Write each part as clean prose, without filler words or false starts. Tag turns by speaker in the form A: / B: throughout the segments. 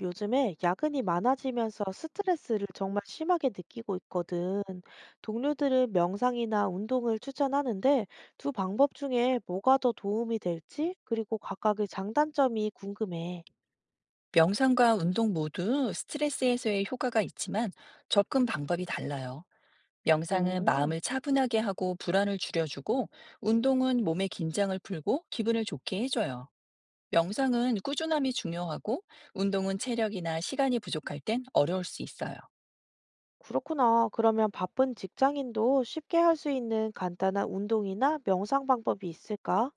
A: 요즘에 야근이 많아지면서 스트레스를 정말 심하게 느끼고 있거든. 동료들은 명상이나 운동을 추천하는데 두 방법 중에 뭐가 더 도움이 될지, 그리고 각각의 장단점이 궁금해.
B: 명상과 운동 모두 스트레스 해소에 효과가 있지만 접근 방법이 달라요. 명상은
A: 오,
B: 마음을 차분하게 하고 불안을 줄여주고 운동은 몸의 긴장을 풀고 기분을 좋게 해줘요. 명상은 꾸준함이 중요하고 운동은 체력이나 시간이 부족할 땐 어려울 수 있어요.
A: 그렇구나. 그러면 바쁜 직장인도 쉽게 할 수 있는 간단한 운동이나 명상 방법이 있을까?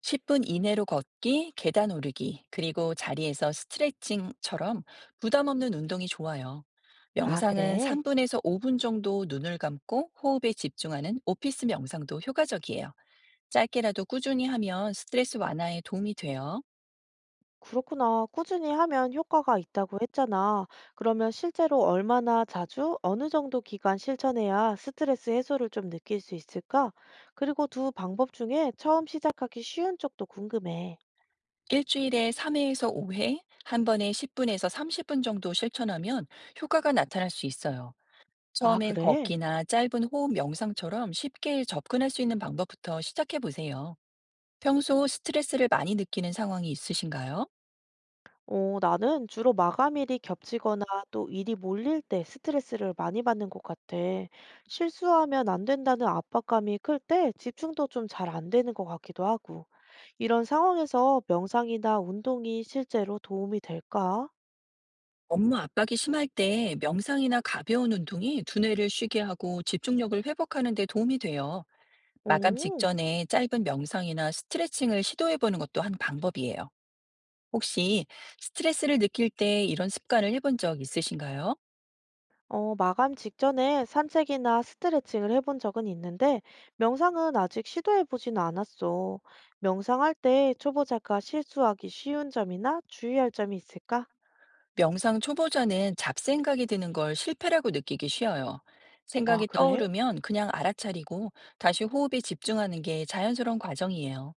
B: 10분 이내로 걷기, 계단 오르기, 그리고 자리에서 스트레칭처럼 부담 없는 운동이 좋아요.
A: 아,
B: 명상은
A: 그래.
B: 3분에서 5분 정도 눈을 감고 호흡에 집중하는 오피스 명상도 효과적이에요. 짧게라도 꾸준히 하면 스트레스 완화에 도움이 돼요.
A: 그렇구나. 꾸준히 하면 효과가 있다고 했잖아. 그러면 실제로 얼마나 자주, 어느 정도 기간 실천해야 스트레스 해소를 좀 느낄 수 있을까? 그리고 두 방법 중에 처음 시작하기 쉬운 쪽도 궁금해.
B: 일주일에 3회에서 5회, 한 번에 10분에서 30분 정도 실천하면 효과가 나타날 수 있어요.
A: 아,
B: 처음엔
A: 그래?
B: 걷기나 짧은 호흡 명상처럼 쉽게 접근할 수 있는 방법부터 시작해 보세요. 평소 스트레스를 많이 느끼는 상황이 있으신가요?
A: 어, 나는 주로 마감일이 겹치거나 또 일이 몰릴 때 스트레스를 많이 받는 것 같아. 실수하면 안 된다는 압박감이 클 때 집중도 좀 잘 안 되는 것 같기도 하고. 이런 상황에서 명상이나 운동이 실제로 도움이 될까?
B: 업무 압박이 심할 때 명상이나 가벼운 운동이 두뇌를 쉬게 하고 집중력을 회복하는 데 도움이 돼요. 마감
A: 오,
B: 직전에 짧은 명상이나 스트레칭을 시도해 보는 것도 한 방법이에요. 혹시 스트레스를 느낄 때 이런 습관을 해본 적 있으신가요?
A: 어, 마감 직전에 산책이나 스트레칭을 해본 적은 있는데, 명상은 아직 시도해보진 않았어. 명상할 때 초보자가 실수하기 쉬운 점이나 주의할 점이 있을까?
B: 명상 초보자는 잡생각이 드는 걸 실패라고 느끼기 쉬워요.
A: 아,
B: 생각이
A: 그래?
B: 떠오르면 그냥 알아차리고 다시 호흡에 집중하는 게 자연스러운 과정이에요.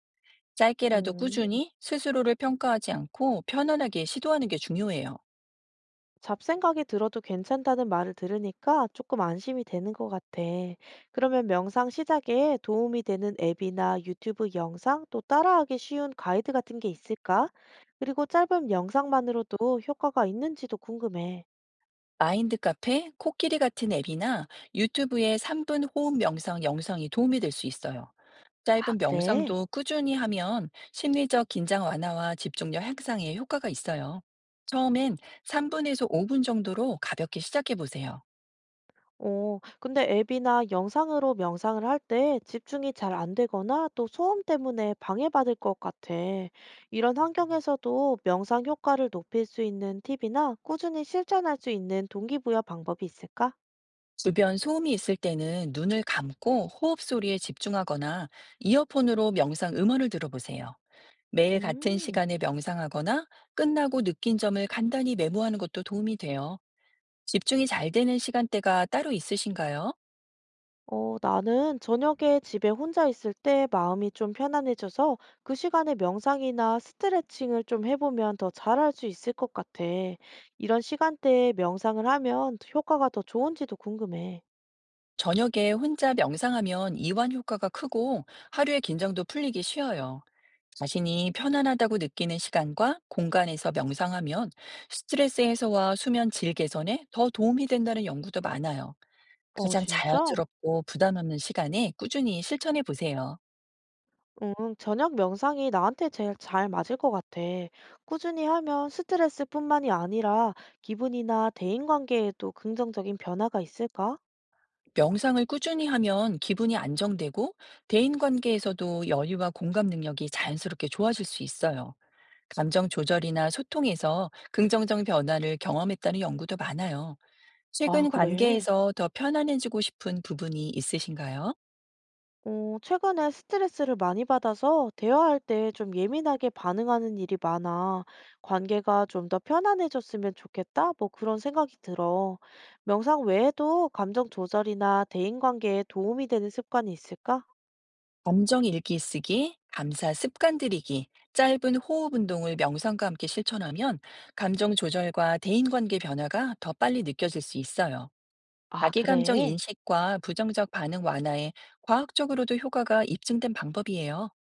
B: 짧게라도
A: 음.
B: 꾸준히 스스로를 평가하지 않고 편안하게 시도하는 게 중요해요.
A: 잡생각이 들어도 괜찮다는 말을 들으니까 조금 안심이 되는 것 같아. 그러면 명상 시작에 도움이 되는 앱이나 유튜브 영상 또 따라하기 쉬운 가이드 같은 게 있을까? 그리고 짧은 영상만으로도 효과가 있는지도 궁금해.
B: 마인드 카페, 코끼리 같은 앱이나 유튜브의 3분 호흡 명상 영상이 도움이 될 수 있어요.
A: 아,
B: 짧은
A: 그래?
B: 명상도 꾸준히 하면 심리적 긴장 완화와 집중력 향상에 효과가 있어요. 처음엔 3분에서 5분 정도로 가볍게 시작해 보세요.
A: 어, 근데 앱이나 영상으로 명상을 할 때 집중이 잘 안 되거나 또 소음 때문에 방해받을 것 같아. 이런 환경에서도 명상 효과를 높일 수 있는 팁이나 꾸준히 실천할 수 있는 동기부여 방법이 있을까?
B: 주변 소음이 있을 때는 눈을 감고 호흡 소리에 집중하거나 이어폰으로 명상 음원을 들어보세요. 매일 같은
A: 음,
B: 시간에 명상하거나 끝나고 느낀 점을 간단히 메모하는 것도 도움이 돼요. 집중이 잘 되는 시간대가 따로 있으신가요?
A: 어, 나는 저녁에 집에 혼자 있을 때 마음이 좀 편안해져서 그 시간에 명상이나 스트레칭을 좀 해보면 더 잘할 수 있을 것 같아. 이런 시간대에 명상을 하면 효과가 더 좋은지도 궁금해.
B: 저녁에 혼자 명상하면 이완 효과가 크고 하루의 긴장도 풀리기 쉬워요. 자신이 편안하다고 느끼는 시간과 공간에서 명상하면 스트레스 해소와 수면 질 개선에 더 도움이 된다는 연구도 많아요.
A: 어,
B: 가장
A: 진짜?
B: 자연스럽고 부담 없는 시간에 꾸준히 실천해 보세요.
A: 응, 저녁 명상이 나한테 제일 잘 맞을 것 같아. 꾸준히 하면 스트레스뿐만이 아니라 기분이나 대인관계에도 긍정적인 변화가 있을까?
B: 명상을 꾸준히 하면 기분이 안정되고 대인 관계에서도 여유와 공감 능력이 자연스럽게 좋아질 수 있어요. 감정 조절이나 소통에서 긍정적 변화를 경험했다는 연구도 많아요.
A: 아,
B: 최근
A: 그래.
B: 관계에서 더 편안해지고 싶은 부분이 있으신가요?
A: 어, 최근에 스트레스를 많이 받아서 대화할 때 좀 예민하게 반응하는 일이 많아. 관계가 좀 더 편안해졌으면 좋겠다? 뭐 그런 생각이 들어. 명상 외에도 감정 조절이나 대인관계에 도움이 되는 습관이 있을까?
B: 감정 일기 쓰기, 감사 습관 들이기, 짧은 호흡 운동을 명상과 함께 실천하면 감정 조절과 대인 관계 변화가 더 빨리 느껴질 수 있어요.
A: 아,
B: 자기감정
A: 그래.
B: 인식과 부정적 반응 완화에 과학적으로도 효과가 입증된 방법이에요.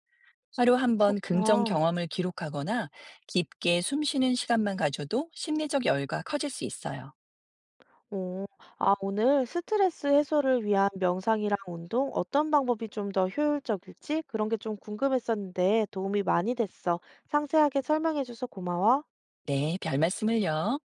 B: 하루 한번 긍정
A: 그렇구나.
B: 경험을 기록하거나 깊게 숨 쉬는 시간만 가져도 심리적 여유가 커질 수 있어요.
A: 오, 아, 오늘 스트레스 해소를 위한 명상이랑 운동 어떤 방법이 좀 더 효율적일지 그런 게 좀 궁금했었는데 도움이 많이 됐어. 상세하게 설명해줘서 고마워.
B: 네, 별 말씀을요.